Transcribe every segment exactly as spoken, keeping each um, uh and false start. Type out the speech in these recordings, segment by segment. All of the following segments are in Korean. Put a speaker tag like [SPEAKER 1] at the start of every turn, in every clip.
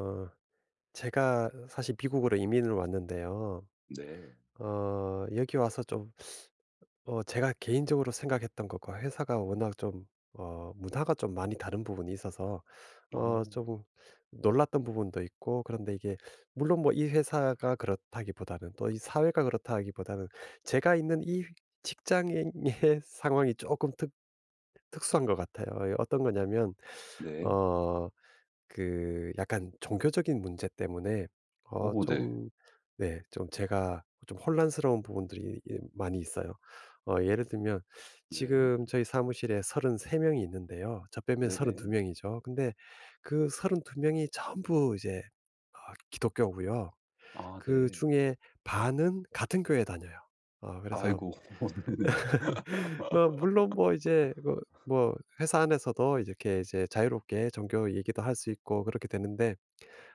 [SPEAKER 1] 어, 제가 사실 미국으로 이민을 왔는데요.
[SPEAKER 2] 네.
[SPEAKER 1] 어, 여기 와서 좀, 어, 제가 개인적으로 생각했던 것과 회사가 워낙 좀, 어, 문화가 좀 많이 다른 부분이 있어서,
[SPEAKER 2] 어.
[SPEAKER 1] 어, 좀 놀랐던 부분도 있고, 그런데 이게, 물론 뭐 이 회사가 그렇다기보다는, 또 이 사회가 그렇다기보다는, 제가 있는 이 직장의 상황이 조금 특, 특수한 것 같아요. 예, 어떤 거냐면
[SPEAKER 2] 네.
[SPEAKER 1] 어 그 약간 종교적인 문제 때문에 어
[SPEAKER 2] 오 네.
[SPEAKER 1] 좀 네, 좀 제가 좀 혼란스러운 부분들이 이 많이 있어요. 어 예를 들면
[SPEAKER 2] 네.
[SPEAKER 1] 지금 저희 사무실에 서른세 명이 있는데요. 저 빼면 서른두
[SPEAKER 2] 네네.
[SPEAKER 1] 명이죠. 근데 그 서른두 명이 전부 이제 어 기독교고요.
[SPEAKER 2] 아 네.
[SPEAKER 1] 그중에 반은 같은 교회 다녀요. 어 그래서
[SPEAKER 2] 아이고. 네네.
[SPEAKER 1] 어 물론 뭐 이제 뭐 뭐 회사 안에서도 이렇게 이제 자유롭게 종교 얘기도 할 수 있고 그렇게 되는데,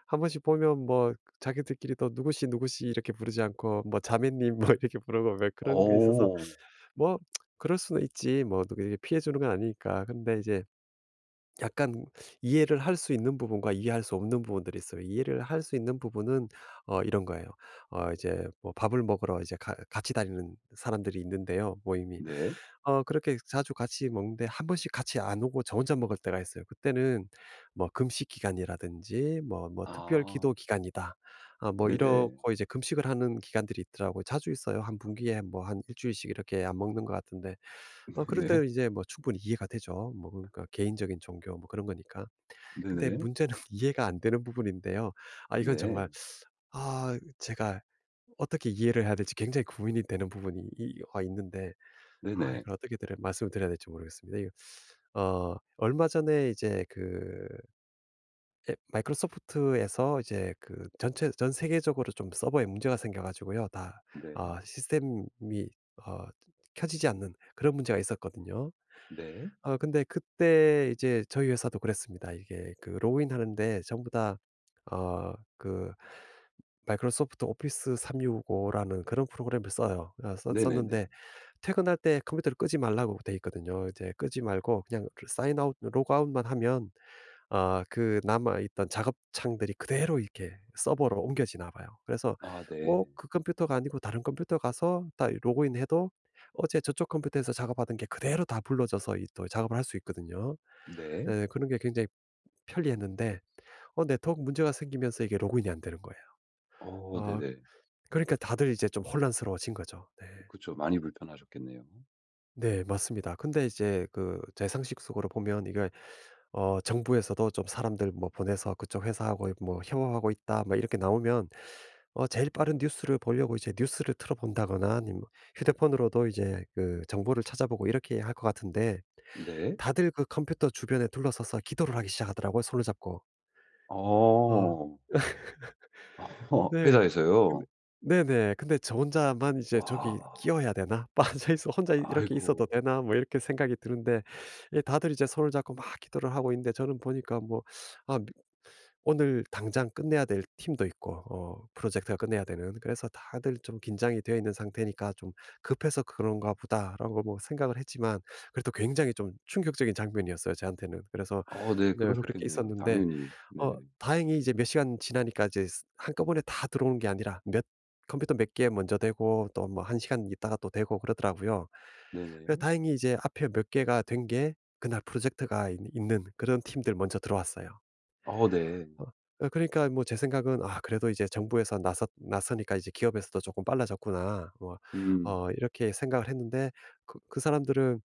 [SPEAKER 1] 한 번씩 보면 뭐 자기들끼리도 누구씨, 누구씨 이렇게 부르지 않고 뭐 자매님 뭐 이렇게 부르고 왜 그런 게 있어서
[SPEAKER 2] 어.
[SPEAKER 1] 뭐 그럴 수는 있지, 뭐 누구에게 피해 주는 건 아니니까. 근데 이제 약간 이해를 할 수 있는 부분과 이해할 수 없는 부분들이 있어요. 이해를 할 수 있는 부분은 어 이런 거예요. 어 이제 뭐 밥을 먹으러 이제 가 같이 다니는 사람들이 있는데요, 모임이.
[SPEAKER 2] 네.
[SPEAKER 1] 어 그렇게 자주 같이 먹는데 한 번씩 같이 안 오고 저 혼자 먹을 때가 있어요. 그때는 뭐 금식 기간이라든지 뭐 뭐 특별
[SPEAKER 2] 아.
[SPEAKER 1] 기도 기간이다. 아 뭐
[SPEAKER 2] 네네.
[SPEAKER 1] 이러고 이제 금식을 하는 기간들이 있더라고요. 자주 있어요. 한 분기에 뭐 한 일 주일씩 이렇게 안 먹는 것 같은데, 어 그럴
[SPEAKER 2] 네네.
[SPEAKER 1] 때는 이제 뭐 충분히 이해가 되죠. 뭐 그러니까 개인적인 종교 뭐 그런 거니까. 근데
[SPEAKER 2] 네네.
[SPEAKER 1] 문제는 이해가 안 되는 부분인데요. 아 이건
[SPEAKER 2] 네.
[SPEAKER 1] 정말, 아 제가 어떻게 이해를 해야 될지 굉장히 고민이 되는 부분이 이 와 있는데, 아
[SPEAKER 2] 네네.
[SPEAKER 1] 이걸 어떻게 드려 말씀을 드려야 될지 모르겠습니다. 이거 어 얼마 전에 이제 그 에- 마이크로소프트에서 이제 그 전체 전 세계적으로 좀 서버에 문제가 생겨 가지고요. 다
[SPEAKER 2] 네.
[SPEAKER 1] 어, 시스템이 어 켜지지 않는 그런 문제가 있었거든요.
[SPEAKER 2] 네.
[SPEAKER 1] 어 근데 그때 이제 저희 회사도 그랬습니다. 이게 그 로그인하는데 전부 다 어 그 마이크로소프트 오피스 삼백육십오라는 그런 프로그램을 써요. 어 써-
[SPEAKER 2] 네네네.
[SPEAKER 1] 썼는데 퇴근할 때 컴퓨터를 끄지 말라고 돼 있거든요. 이제 끄지 말고 그냥 사인 아웃 로그아웃만 하면 아 그 남아 있던 작업 창들이 그대로 이렇게 서버로 옮겨지나 봐요. 그래서
[SPEAKER 2] 아 네.
[SPEAKER 1] 꼭 그 컴퓨터가 아니고 다른 컴퓨터 가서 다 로그인해도 어제 저쪽 컴퓨터에서 작업하던 게 그대로 다 불러져서 이 또 작업을 할 수 있거든요.
[SPEAKER 2] 네.
[SPEAKER 1] 예 그런 게 굉장히 편리했는데, 어 네트워크 문제가 생기면서 이게 로그인이 안 되는 거예요.
[SPEAKER 2] 어
[SPEAKER 1] 아
[SPEAKER 2] 네네.
[SPEAKER 1] 그러니까 다들 이제 좀 혼란스러워진 거죠. 네.
[SPEAKER 2] 그쵸. 많이 불편하셨겠네요.
[SPEAKER 1] 네 맞습니다. 근데 이제 그 제 상식적으로 보면 이게 어 정부에서도 좀 사람들 뭐 보내서 "그쪽 회사하고 뭐 협업하고 있다." 막 이렇게 나오면, 어 제일 빠른 뉴스를 보려고 이제 뉴스를 틀어 본다거나 아니면 휴대폰으로도 이제 그 정보를 찾아보고 이렇게 할 것 같은데,
[SPEAKER 2] 네.
[SPEAKER 1] 다들 그 컴퓨터 주변에 둘러서서 기도를 하기 시작하더라고요, 손을 잡고. 어.
[SPEAKER 2] 어.
[SPEAKER 1] 네. 근데
[SPEAKER 2] 회사에서요?
[SPEAKER 1] 네네. 근데 저 혼자만 이제 '저기
[SPEAKER 2] 와.
[SPEAKER 1] 끼어야 되나? 빠져 있어 혼자 이렇게 있어도
[SPEAKER 2] 아이고.
[SPEAKER 1] 되나?' 뭐 이렇게 생각이 드는데 예 다들 이제 손을 잡고 막 기도를 하고 있는데, 저는 보니까 뭐 아 오늘 당장 끝내야 될 팀도 있고 어 프로젝트가 끝내야 되는, 그래서 다들 좀 긴장이 되어 있는 상태니까 '좀 급해서 그런가 보다.'라고 뭐 생각을 했지만 그래도 굉장히 좀 충격적인 장면이었어요, 저한테는. 그래서
[SPEAKER 2] 어 네.
[SPEAKER 1] 네 그렇게
[SPEAKER 2] 그러셨겠네요.
[SPEAKER 1] 있었는데
[SPEAKER 2] 당연히. 네.
[SPEAKER 1] 어 다행히 이제 몇 시간 지나니까 이제 스 한꺼번에 다 들어오는 게 아니라 몇, 컴퓨터 몇 개 먼저 되고 또 뭐 한 시간 있다가 또 되고 그러더라고요. 그래서
[SPEAKER 2] 네네.
[SPEAKER 1] 다행히 이제 앞에 몇 개가 된 게 그날 프로젝트가 있 있는 그런 팀들 먼저 들어왔어요.
[SPEAKER 2] 어 네.
[SPEAKER 1] 어 어 그러니까 뭐 제 생각은 '아 그래도 이제 정부에서 나서 나서니까 이제 기업에서도 조금 빨라졌구나.' 뭐
[SPEAKER 2] 음.
[SPEAKER 1] 어 이렇게 생각을 했는데 그 그 사람들은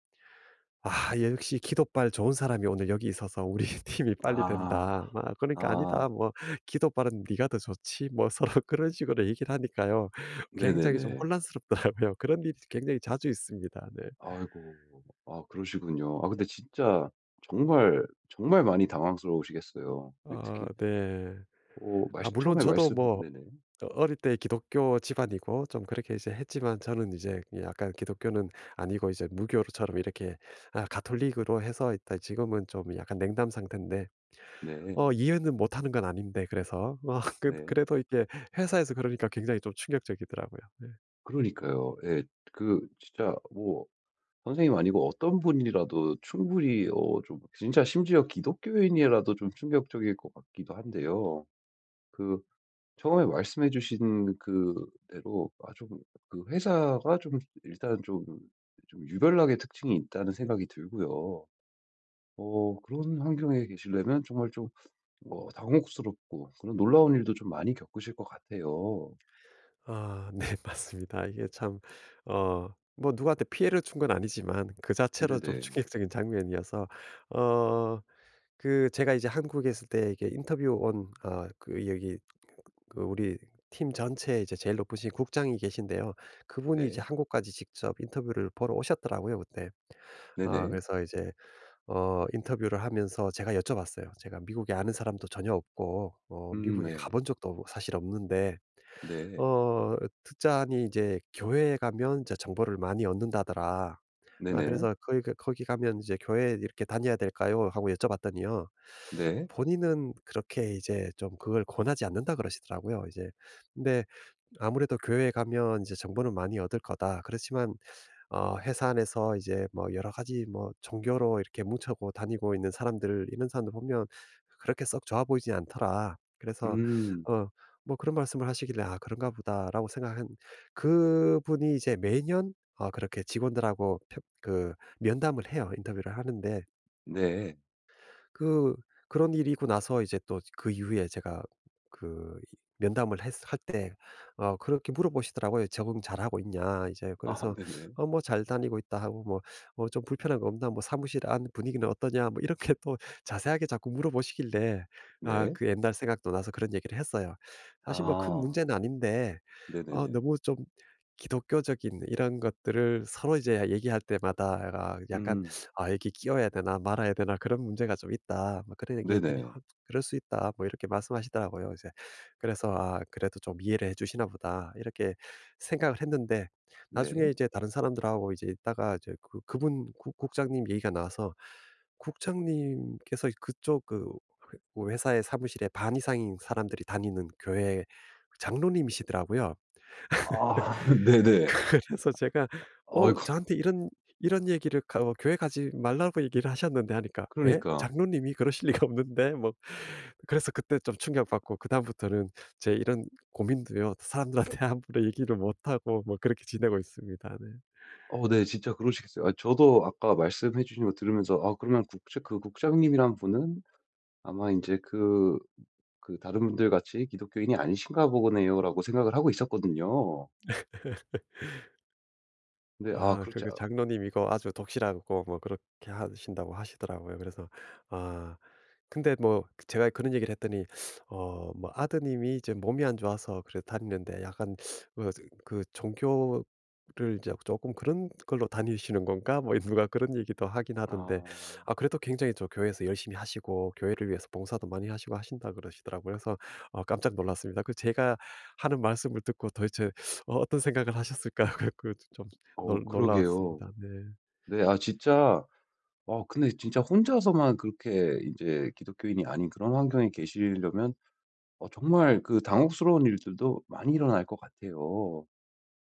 [SPEAKER 1] 아 예 역시 "기도빨 좋은 사람이 오늘 여기 있어서 우리 팀이 빨리
[SPEAKER 2] 아.
[SPEAKER 1] 된다." 막 그러니까
[SPEAKER 2] 아.
[SPEAKER 1] "아니다. 뭐 기도빨은 네가 더 좋지." 뭐 서로 그런 식으로 얘기를 하니까요. 굉장히 좀
[SPEAKER 2] 네네네.
[SPEAKER 1] 혼란스럽더라고요. 그런 일이 굉장히 자주 있습니다. 네.
[SPEAKER 2] 아이고. 아 그러시군요. 아 근데 진짜 정말, 정말 많이 당황스러우시겠어요. 그
[SPEAKER 1] 어
[SPEAKER 2] 특히
[SPEAKER 1] 네.
[SPEAKER 2] 어 말
[SPEAKER 1] 아 물론
[SPEAKER 2] 처음에
[SPEAKER 1] 저도
[SPEAKER 2] 말씀
[SPEAKER 1] 뭐
[SPEAKER 2] 네네.
[SPEAKER 1] 어릴 때 기독교 집안이고 좀 그렇게 이제 했지만 저는 이제 약간 기독교는 아니고 이제 무교로처럼 이렇게, 아 가톨릭으로 해서 있다. 지금은 좀 약간 냉담 상태인데 어
[SPEAKER 2] 네.
[SPEAKER 1] 이해는 못 하는 건 아닌데 그래서. 어 그
[SPEAKER 2] 네.
[SPEAKER 1] 그래도 이게 회사에서 그러니까 굉장히 좀 충격적이더라고요. 네.
[SPEAKER 2] 그러니까요. 예. 그 진짜 뭐 선생님 아니고 어떤 분이라도 충분히 어 좀 진짜 심지어 기독교인이라도 좀 충격적일 것 같기도 한데요. 그 처음에 말씀해 주신 그 대로 아 좀 그 회사가 좀 일단 좀 좀 유별나게 특징이 있다는 생각이 들고요. 어 그런 환경에 계시려면 정말 좀 어 당혹스럽고 그런 놀라운 일도 좀 많이 겪으실 것 같아요.
[SPEAKER 1] 아 네 맞습니다. 이게 참 어 뭐 누구한테 피해를 준 건 아니지만 그 자체로 좀
[SPEAKER 2] 네네.
[SPEAKER 1] 충격적인 장면이어서 어 그 제가 이제 한국에 있을 때 이게 인터뷰 온, 아 그 여기 그 우리 팀 전체에 이제 제일 높으신 국장이 계신데요. 그분이 이제
[SPEAKER 2] 네.
[SPEAKER 1] 한국까지 직접 인터뷰를 보러 오셨더라고요 그때.
[SPEAKER 2] 네,
[SPEAKER 1] 아
[SPEAKER 2] 네네.
[SPEAKER 1] 그래서 이제 어 인터뷰를 하면서 제가 여쭤봤어요. 제가 미국에 아는 사람도 전혀 없고 어
[SPEAKER 2] 음
[SPEAKER 1] 미국에
[SPEAKER 2] 네.
[SPEAKER 1] 가본 적도 없 사실 없는데
[SPEAKER 2] 네.
[SPEAKER 1] 어 듣자니 이제 "교회에 가면 이제 정보를 많이 얻는다더라. 아
[SPEAKER 2] 네네.
[SPEAKER 1] 그래서 거기 가- 거기 가면 이제 교회 이렇게 다녀야 될까요?" 하고 여쭤봤더니요.
[SPEAKER 2] 네.
[SPEAKER 1] 본인은 그렇게 이제 좀 그걸 권하지 않는다 그러시더라고요. 이제 근데 아무래도 "교회에 가면 이제 정보는 많이 얻을 거다. 그렇지만 어 회사 안에서 이제 뭐 여러 가지 뭐 종교로 이렇게 뭉쳐고 다니고 있는 사람들 이런 사람들 보면 그렇게 썩 좋아 보이지 않더라." 그래서
[SPEAKER 2] 음
[SPEAKER 1] 어 뭐 그런 말씀을 하시길래 '아 그런가 보다.'라고 생각한, 그분이 이제 매년 어 그렇게 직원들하고 표 그 면담을 해요. 인터뷰를 하는데
[SPEAKER 2] 네.
[SPEAKER 1] 그, 그런 일이 있고 나서 이제 또 그 이후에 제가 그 이 면담을 했 할 때 어 그렇게 물어보시더라고요. "적응 잘하고 있냐?" 이제.
[SPEAKER 2] 아
[SPEAKER 1] 그래서
[SPEAKER 2] 네네.
[SPEAKER 1] "어 뭐 잘 다니고 있다." 하고 뭐 "어 좀 불편한 거 없나?" 뭐 "사무실 안 분위기는 어떠냐?" 뭐 이렇게 또 자세하게 자꾸 물어보시길래 아
[SPEAKER 2] 네.
[SPEAKER 1] 그 옛날 생각도 나서 그런 얘기를 했어요. 사실 뭐 큰
[SPEAKER 2] 아
[SPEAKER 1] 문제는 아닌데
[SPEAKER 2] 네네네.
[SPEAKER 1] 어 너무 좀 기독교적인 이런 것들을 서로 이제 얘기할 때마다 아 약간
[SPEAKER 2] 음
[SPEAKER 1] "아 여기 끼워야 되나 말아야 되나 그런 문제가 좀 있다." 뭐 그런 얘기했더니
[SPEAKER 2] 네네.
[SPEAKER 1] "아 그럴 수 있다." 뭐 이렇게 말씀하시더라고요. 이제 그래서 '아 그래도 좀 이해를 해 주시나 보다.' 이렇게 생각을 했는데 나중에
[SPEAKER 2] 네.
[SPEAKER 1] 이제 다른 사람들하고 이제 있다가 이제 그 그분 국 국장님 얘기가 나와서 국장님께서 그쪽 그 그 회사의 사무실에 반 이상인 사람들이 다니는 교회 장로님이시더라고요.
[SPEAKER 2] 아 네네.
[SPEAKER 1] 그래서 제가
[SPEAKER 2] 어이
[SPEAKER 1] 어 저한테 이런 이런 얘기를 가 어 "교회 가지 말라고 얘기를 하셨는데." 하니까 "에?
[SPEAKER 2] 그러니까.
[SPEAKER 1] 장로님이 그러실 리가 없는데." 뭐. 그래서 그때 좀 충격받고 그다음부터는 제 이런 고민도요 사람들한테 함부로 얘기를 못 하고 뭐 그렇게 지내고 있습니다. 네.
[SPEAKER 2] 어 네. 진짜 그러시겠어요. 아 저도 아까 말씀해 주신 거 들으면서 아 그러면 국장 그 국장님이란 분은 아마 이제 그 그 '다른 분들 같이 기독교인이 아니신가 보네요.'라고 생각을 하고 있었거든요. 근데 아
[SPEAKER 1] 아 그
[SPEAKER 2] 그렇지
[SPEAKER 1] 그
[SPEAKER 2] 않
[SPEAKER 1] 장로님 이거 아주 독실하고 뭐 그렇게 하신다고 하시더라고요. 그래서 아 근데 뭐 제가 그런 얘기를 했더니 어 뭐 아드님이 이제 몸이 안 좋아서 그래 다니는데 약간 어 그그 종교를 이제 조금 그런 걸로 다니시는 건가? 뭐 누가 그런 얘기도 하긴 하던데
[SPEAKER 2] 아.
[SPEAKER 1] 아 그래도 굉장히 저 교회에서 열심히 하시고 교회를 위해서 봉사도 많이 하시고 하신다 그러시더라고요. 그래서 어 깜짝 놀랐습니다. 그 제가 하는 말씀을 듣고 도대체 어 어떤 생각을 하셨을까? 그좀
[SPEAKER 2] 어
[SPEAKER 1] 놀 놀라웠습니다.
[SPEAKER 2] 그러게요.
[SPEAKER 1] 네.
[SPEAKER 2] 네. 아 진짜 어 근데 진짜 혼자서만 그렇게 이제 기독교인이 아닌 그런 환경에 계시려면 어 정말 그 당혹스러운 일들도 많이 일어날 것 같아요.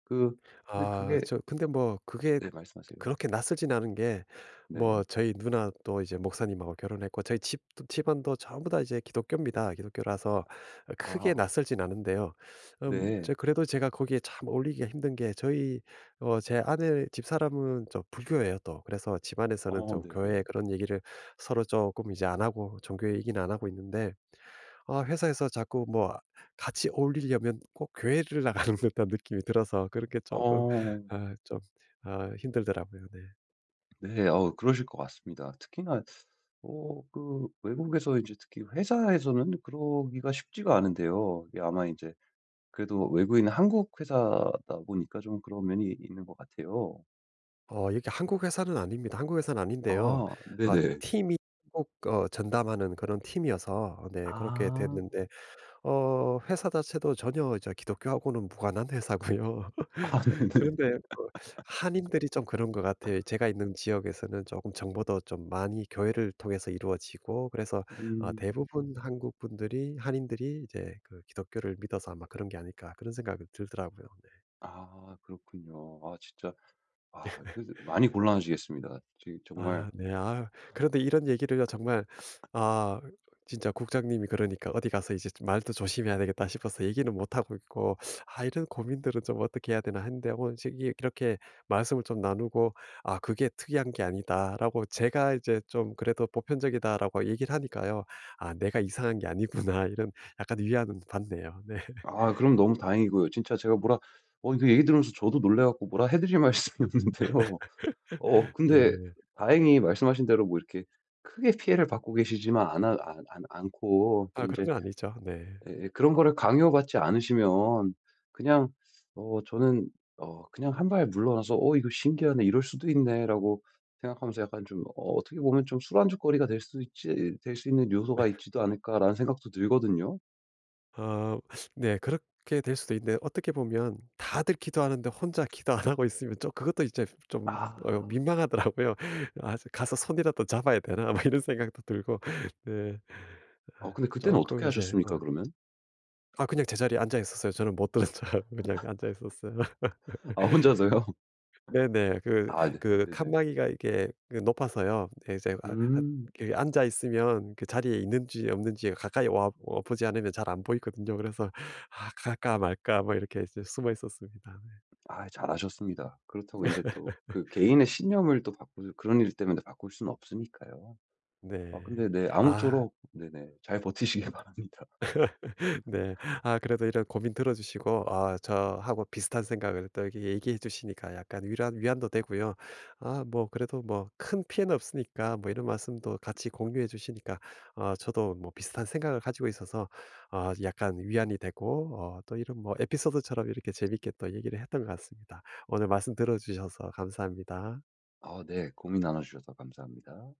[SPEAKER 2] 그 근데
[SPEAKER 1] 아
[SPEAKER 2] 그게
[SPEAKER 1] 저 근데 뭐 그게
[SPEAKER 2] 네 말씀하세요.
[SPEAKER 1] 그렇게 낯설진 않은 게
[SPEAKER 2] 네.
[SPEAKER 1] 뭐 저희 누나도 이제 목사님하고 결혼했고 저희 집 집안도 전부 다 이제 기독교입니다. 기독교라서 어 크게
[SPEAKER 2] 아
[SPEAKER 1] 낯설진 않은데요. 음 저
[SPEAKER 2] 네.
[SPEAKER 1] 그래도 제가 거기에 참 어울리기가 힘든 게 저희 어 제 아내 집사람은 저 불교예요 또. 그래서 집안에서는
[SPEAKER 2] 어
[SPEAKER 1] 좀 교회
[SPEAKER 2] 네네.
[SPEAKER 1] 그런 얘기를 서로 조금 이제 안 하고 종교 얘기는 안 하고 있는데 아 회사에서 자꾸 뭐 같이 어울리려면 꼭 교회를 나가는 듯한 느낌이 들어서 그렇게 조금
[SPEAKER 2] 어
[SPEAKER 1] 아 좀 아 힘들더라고요. 네.
[SPEAKER 2] 네. 어 그러실 것 같습니다. 특히나 어 그 외국에서 이제 특히 회사에서는 그러기가 쉽지가 않은데요. 이게 아마 이제 그래도 외국인 한국 회사다 보니까 좀 그런 면이 있는 것 같아요.
[SPEAKER 1] 어 이게 한국 회사는 아닙니다. 한국 회사는 아닌데요.
[SPEAKER 2] 아
[SPEAKER 1] 어
[SPEAKER 2] 네네.
[SPEAKER 1] 팀이 꼭 어 전담하는 그런 팀이어서, 어, 네 그렇게
[SPEAKER 2] 아.
[SPEAKER 1] 됐는데 어 회사 자체도 전혀 이제 기독교하고는 무관한 회사고요.
[SPEAKER 2] 아 네네.
[SPEAKER 1] 그런데 그 한인들이 좀 그런 것 같아요. 제가 있는 지역에서는 조금 정보도 좀 많이 교회를 통해서 이루어지고, 그래서 어
[SPEAKER 2] 음.
[SPEAKER 1] 대부분 한국 분들이 한인들이 이제 그 기독교를 믿어서 아마 그런 게 아닐까 그런 생각이 들더라고요.
[SPEAKER 2] 아 그렇군요. 아 진짜 아 그래서 많이 곤란하시겠습니다. 지금 정말
[SPEAKER 1] 아 네. 아 그런데 이런 얘기를요 정말, 아 진짜 국장님이 그러니까 어디 가서 이제 좀 '말도 조심해야 되겠다.' 싶어서 얘기는 못 하고 있고 '아 이런 고민들은 좀 어떻게 해야 되나.' 했는데 오늘 지금 이 이렇게 말씀을 좀 나누고, '아 그게 특이한 게 아니다.'라고 제가 이제 좀, 그래도 '보편적이다.'라고 얘기를 하니까요. '아 내가 이상한 게 아니구나.' 이런 약간 위안은 받네요. 네.
[SPEAKER 2] 아 그럼 너무 다행이고요. 진짜 제가 뭐라 어 이거 얘기 들으면서 저도 놀래 갖고 뭐라 해 드릴 말씀이 없는데요. 어 근데
[SPEAKER 1] 네.
[SPEAKER 2] 다행히 말씀하신 대로 뭐 이렇게 크게 피해를 받고 계시지만 않아 안않 않고 또
[SPEAKER 1] 아
[SPEAKER 2] 이
[SPEAKER 1] 그런
[SPEAKER 2] 제
[SPEAKER 1] 건 아니죠. 네.
[SPEAKER 2] 그런 거를 강요받지 않으시면 그냥 어 저는 어 그냥 한 발 물러나서 '어 이거 신기하네. 이럴 수도 있네.'라고 생각하면서 약간 좀 어 어떻게 보면 좀 술안주거리가 될 수 있지 될 수 있는 요소가 있지도 않을까라는 생각도 들거든요.
[SPEAKER 1] 아 네. 그렇게 될 수도 있는데 어떻게 보면 다들 기도하는데 혼자 기도 안 하고 있으면 좀 그것도 이제 좀 어
[SPEAKER 2] 아.
[SPEAKER 1] 민망하더라고요. '아 가서 손이라도 잡아야 되나?' 막 이런 생각도 들고. 네.
[SPEAKER 2] 어
[SPEAKER 1] 아
[SPEAKER 2] 근데 그때는
[SPEAKER 1] 쪼
[SPEAKER 2] 어떻게
[SPEAKER 1] 이제 어
[SPEAKER 2] 하셨습니까 그러면?
[SPEAKER 1] 아 그냥 제자리에 앉아 있었어요. 저는 못 들은 척하고 그냥 앉아 있었어요.
[SPEAKER 2] 아 혼자서요?
[SPEAKER 1] 네네. 그
[SPEAKER 2] 아 네.
[SPEAKER 1] 그
[SPEAKER 2] 네네.
[SPEAKER 1] 칸막이가 이게 그 높아서요. 예 이제 아 아
[SPEAKER 2] 음.
[SPEAKER 1] 그 앉아 있으면 그 자리에 있는지 없는지 가까이 와 어 보지 않으면 잘 안 보이거든요. 그래서 '아 갈까 말까.' 뭐 이렇게 이제 숨어 있었습니다.
[SPEAKER 2] 아 잘하셨습니다. 그렇다고 이제 또 그 개인의 신념을 또 바꾸 그런 일 때문에 바꿀 수는 없으니까요. 아 근데
[SPEAKER 1] 네.
[SPEAKER 2] 네
[SPEAKER 1] 아.
[SPEAKER 2] 아무쪼록 네네 잘 버티시길 바랍니다.
[SPEAKER 1] 네. 아 그래도 이런 고민 들어 주시고 아 저하고 비슷한 생각을 또 이렇게 얘기해 주시니까 약간 위안 위안도 되고요. 아 뭐 그래도 뭐 큰 피해는 없으니까 뭐 이런 말씀도 같이 공유해 주시니까 어 저도 뭐 비슷한 생각을 가지고 있어서 어 약간 위안이 되고 어 또 이런 뭐 에피소드처럼 이렇게 재밌게 또 얘기를 했던 것 같습니다. 오늘 말씀 들어 주셔서 감사합니다.
[SPEAKER 2] 아 네 고민 나눠 주셔서 감사합니다.